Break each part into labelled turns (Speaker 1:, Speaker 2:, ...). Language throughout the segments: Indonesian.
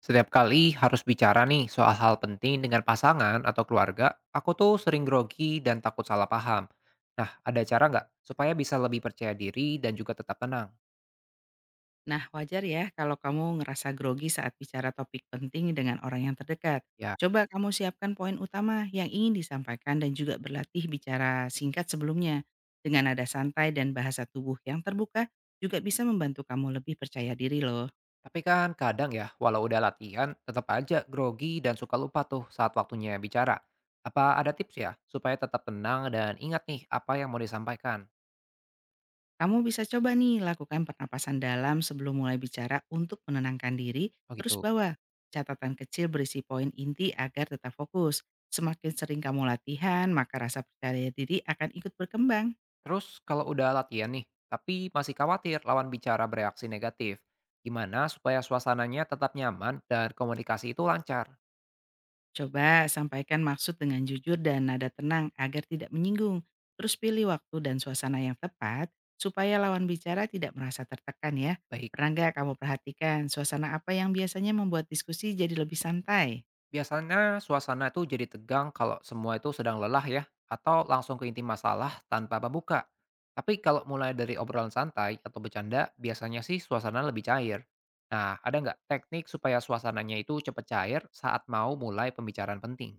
Speaker 1: Setiap kali harus bicara nih soal hal penting dengan pasangan atau keluarga, aku tuh sering grogi dan takut salah paham. Nah, ada cara nggak supaya bisa lebih percaya diri dan juga tetap tenang?
Speaker 2: Nah, wajar ya kalau kamu ngerasa grogi saat bicara topik penting dengan orang yang terdekat.
Speaker 1: Ya,
Speaker 2: Coba kamu siapkan poin utama yang ingin disampaikan dan juga berlatih bicara singkat sebelumnya. Dengan nada santai dan bahasa tubuh yang terbuka juga bisa membantu kamu lebih percaya diri loh.
Speaker 1: tapi kan kadang ya, walau udah latihan, tetap aja grogi dan suka lupa tuh saat waktunya bicara. Apa ada tips ya supaya tetap tenang dan ingat nih apa yang mau disampaikan?
Speaker 2: Kamu bisa coba nih lakukan pernapasan dalam sebelum mulai bicara untuk menenangkan diri,
Speaker 1: Oh
Speaker 2: terus
Speaker 1: gitu.
Speaker 2: bawa catatan kecil berisi poin inti agar tetap fokus. Semakin sering kamu latihan, maka rasa percaya diri akan ikut berkembang.
Speaker 1: Terus kalau udah latihan nih, tapi masih khawatir lawan bicara bereaksi negatif, gimana supaya suasananya tetap nyaman dan komunikasi itu lancar?
Speaker 2: Coba sampaikan maksud dengan jujur dan nada tenang agar tidak menyinggung. Terus pilih waktu dan suasana yang tepat supaya lawan bicara tidak merasa tertekan ya.
Speaker 1: Baik,
Speaker 2: Pernah nggak kamu perhatikan suasana apa yang biasanya membuat diskusi jadi lebih santai?
Speaker 1: biasanya suasana itu jadi tegang kalau semua itu sedang lelah ya, atau langsung ke inti masalah tanpa pembuka. Tapi kalau mulai dari obrolan santai atau bercanda, biasanya sih suasana lebih cair. Nah, ada nggak teknik supaya suasananya itu cepat cair saat mau mulai pembicaraan penting?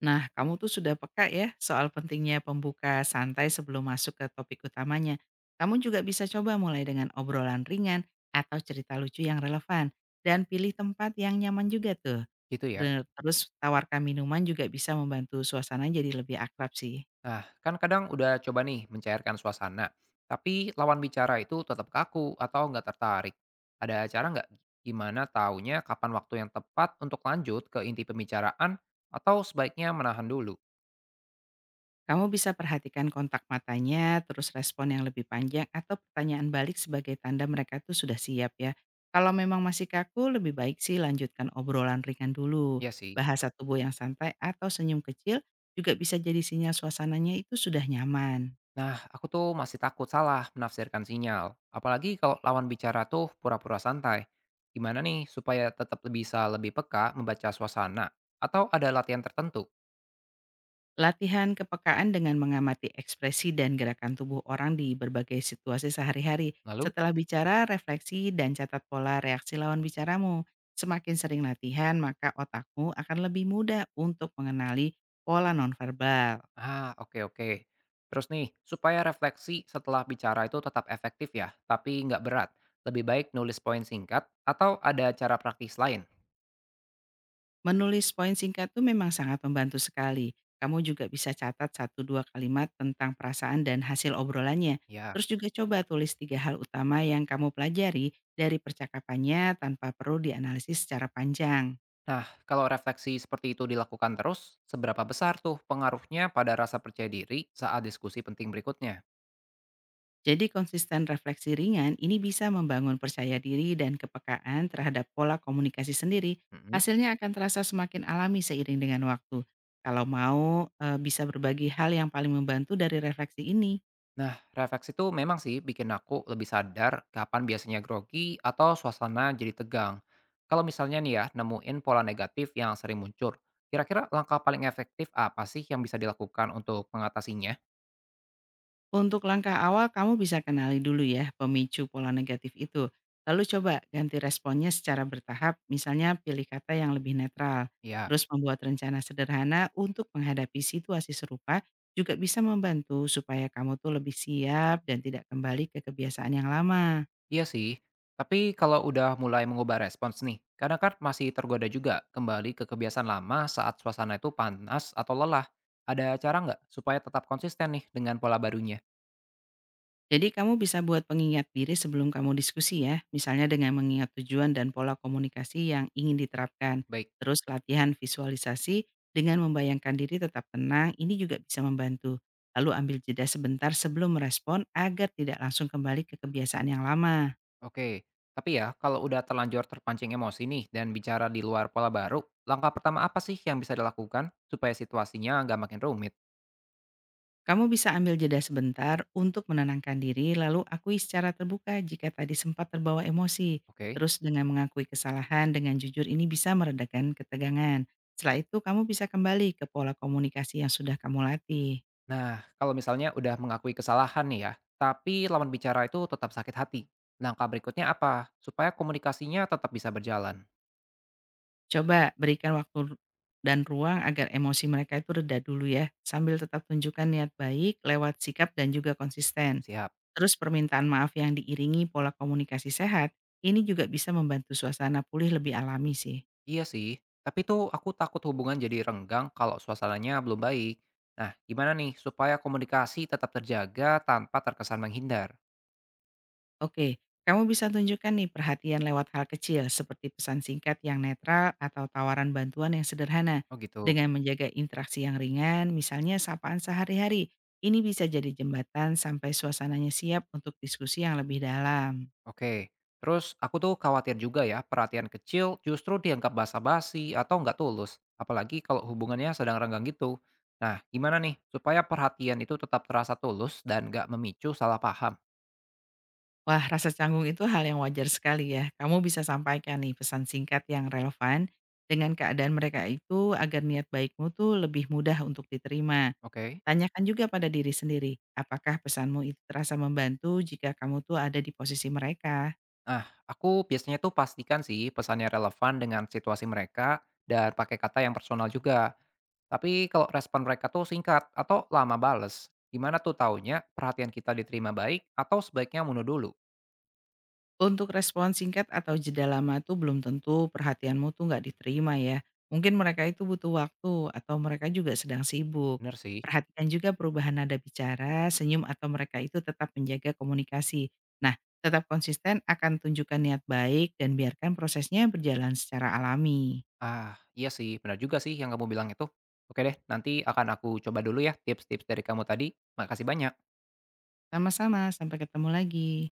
Speaker 2: Nah, kamu tuh sudah peka ya soal pentingnya pembuka santai sebelum masuk ke topik utamanya. Kamu juga bisa coba mulai dengan obrolan ringan atau cerita lucu yang relevan dan pilih tempat yang nyaman juga tuh.
Speaker 1: Gitu ya.
Speaker 2: Dan terus tawarkan minuman juga bisa membantu suasana jadi lebih akrab sih.
Speaker 1: Nah, kan kadang udah coba nih mencairkan suasana, tapi lawan bicara itu tetap kaku atau nggak tertarik. Ada cara nggak gimana taunya kapan waktu yang tepat untuk lanjut ke inti pembicaraan atau sebaiknya menahan dulu?
Speaker 2: Kamu bisa perhatikan kontak matanya, terus respon yang lebih panjang atau pertanyaan balik sebagai tanda mereka tuh sudah siap ya. Kalau memang masih kaku, lebih baik sih lanjutkan obrolan ringan dulu.
Speaker 1: Ya sih.
Speaker 2: Bahasa tubuh yang santai atau senyum kecil juga bisa jadi sinyal suasananya itu sudah nyaman.
Speaker 1: Nah, aku tuh masih takut salah menafsirkan sinyal. Apalagi kalau lawan bicara tuh pura-pura santai. Gimana nih supaya tetap bisa lebih peka membaca suasana? Atau ada latihan tertentu?
Speaker 2: Latihan kepekaan dengan mengamati ekspresi dan gerakan tubuh orang di berbagai situasi sehari-hari.
Speaker 1: Lalu
Speaker 2: Setelah bicara, refleksi, dan catat pola reaksi lawan bicaramu. Semakin sering latihan, maka otakmu akan lebih mudah untuk mengenali pola nonverbal.
Speaker 1: ah, oke, oke. Terus nih, supaya refleksi setelah bicara itu tetap efektif ya, tapi nggak berat. Lebih baik nulis poin singkat atau ada cara praktis lain.
Speaker 2: Menulis poin singkat tuh memang sangat membantu sekali. Kamu juga bisa catat satu dua kalimat tentang perasaan dan hasil obrolannya.
Speaker 1: Ya.
Speaker 2: Terus juga coba tulis tiga hal utama yang kamu pelajari dari percakapannya tanpa perlu dianalisis secara panjang.
Speaker 1: Nah, kalau refleksi seperti itu dilakukan terus, seberapa besar tuh pengaruhnya pada rasa percaya diri saat diskusi penting berikutnya?
Speaker 2: Jadi konsisten refleksi ringan ini bisa membangun percaya diri dan kepekaan terhadap pola komunikasi sendiri.
Speaker 1: Mhm.
Speaker 2: Hasilnya akan terasa semakin alami seiring dengan waktu. Kalau mau bisa berbagi hal yang paling membantu dari refleksi ini.
Speaker 1: Nah, refleks itu memang sih bikin aku lebih sadar kapan biasanya grogi atau suasana jadi tegang. Kalau misalnya nih ya, nemuin pola negatif yang sering muncul, kira-kira langkah paling efektif apa sih yang bisa dilakukan untuk mengatasinya?
Speaker 2: Untuk langkah awal, kamu bisa kenali dulu ya pemicu pola negatif itu. Lalu coba ganti responnya secara bertahap, misalnya pilih kata yang lebih netral.
Speaker 1: Ya,
Speaker 2: Terus membuat rencana sederhana untuk menghadapi situasi serupa juga bisa membantu supaya kamu tuh lebih siap dan tidak kembali ke kebiasaan yang lama.
Speaker 1: iya sih. Tapi kalau udah mulai mengubah respons nih, kadang kan masih tergoda juga kembali ke kebiasaan lama saat suasana itu panas atau lelah. Ada cara nggak supaya tetap konsisten nih dengan pola barunya?
Speaker 2: Jadi kamu bisa buat pengingat diri sebelum kamu diskusi ya, misalnya dengan mengingat tujuan dan pola komunikasi yang ingin diterapkan.
Speaker 1: Baik.
Speaker 2: Terus latihan visualisasi dengan membayangkan diri tetap tenang, ini juga bisa membantu. Lalu ambil jeda sebentar sebelum merespon agar tidak langsung kembali ke kebiasaan yang lama.
Speaker 1: Oke, tapi ya kalau udah terlanjur terpancing emosi nih dan bicara di luar pola baru, langkah pertama apa sih yang bisa dilakukan supaya situasinya nggak makin rumit?
Speaker 2: Kamu bisa ambil jeda sebentar untuk menenangkan diri, lalu akui secara terbuka jika tadi sempat terbawa emosi.
Speaker 1: Oke.
Speaker 2: Terus dengan mengakui kesalahan dengan jujur ini bisa meredakan ketegangan. Setelah itu kamu bisa kembali ke pola komunikasi yang sudah kamu latih.
Speaker 1: Nah, kalau misalnya udah mengakui kesalahan nih ya, tapi lawan bicara itu tetap sakit hati. Langkah berikutnya apa? Supaya komunikasinya tetap bisa berjalan.
Speaker 2: Coba berikan waktu dan ruang agar emosi mereka itu reda dulu ya, sambil tetap tunjukkan niat baik lewat sikap dan juga konsisten.
Speaker 1: Siap.
Speaker 2: Terus permintaan maaf yang diiringi pola komunikasi sehat, ini juga bisa membantu suasana pulih lebih alami sih.
Speaker 1: Iya sih, tapi tuh aku takut hubungan jadi renggang kalau suasananya belum baik. Nah, gimana nih supaya komunikasi tetap terjaga tanpa terkesan menghindar?
Speaker 2: Oke, kamu bisa tunjukkan nih perhatian lewat hal kecil seperti pesan singkat yang netral atau tawaran bantuan yang sederhana.
Speaker 1: Oh gitu.
Speaker 2: Dengan menjaga interaksi yang ringan, misalnya sapaan sehari-hari, ini bisa jadi jembatan sampai suasananya siap untuk diskusi yang lebih dalam.
Speaker 1: Oke, terus aku tuh khawatir juga ya perhatian kecil justru dianggap basa-basi atau nggak tulus, apalagi kalau hubungannya sedang renggang gitu. Nah, gimana nih supaya perhatian itu tetap terasa tulus dan nggak memicu salah paham?
Speaker 2: Wah, rasa canggung itu hal yang wajar sekali ya. Kamu bisa sampaikan nih pesan singkat yang relevan dengan keadaan mereka itu agar niat baikmu tuh lebih mudah untuk diterima.
Speaker 1: Oke.
Speaker 2: Tanyakan juga pada diri sendiri, apakah pesanmu itu terasa membantu jika kamu tuh ada di posisi mereka?
Speaker 1: Nah, aku biasanya tuh pastikan sih pesannya relevan dengan situasi mereka dan pakai kata yang personal juga. Tapi kalau respon mereka tuh singkat atau lama bales, gimana tuh taunya perhatian kita diterima baik atau sebaiknya mundur dulu?
Speaker 2: Untuk respon singkat atau jeda lama tuh belum tentu perhatianmu tuh nggak diterima ya. Mungkin mereka itu butuh waktu atau mereka juga sedang sibuk.
Speaker 1: Bener sih.
Speaker 2: Perhatikan juga perubahan nada bicara, senyum atau mereka itu tetap menjaga komunikasi. Nah, tetap konsisten akan tunjukkan niat baik dan biarkan prosesnya berjalan secara alami.
Speaker 1: Ah, iya sih, benar juga sih yang kamu bilang itu. Oke deh, nanti akan aku coba dulu ya tips-tips dari kamu tadi. Makasih banyak.
Speaker 2: Sama-sama, sampai ketemu lagi.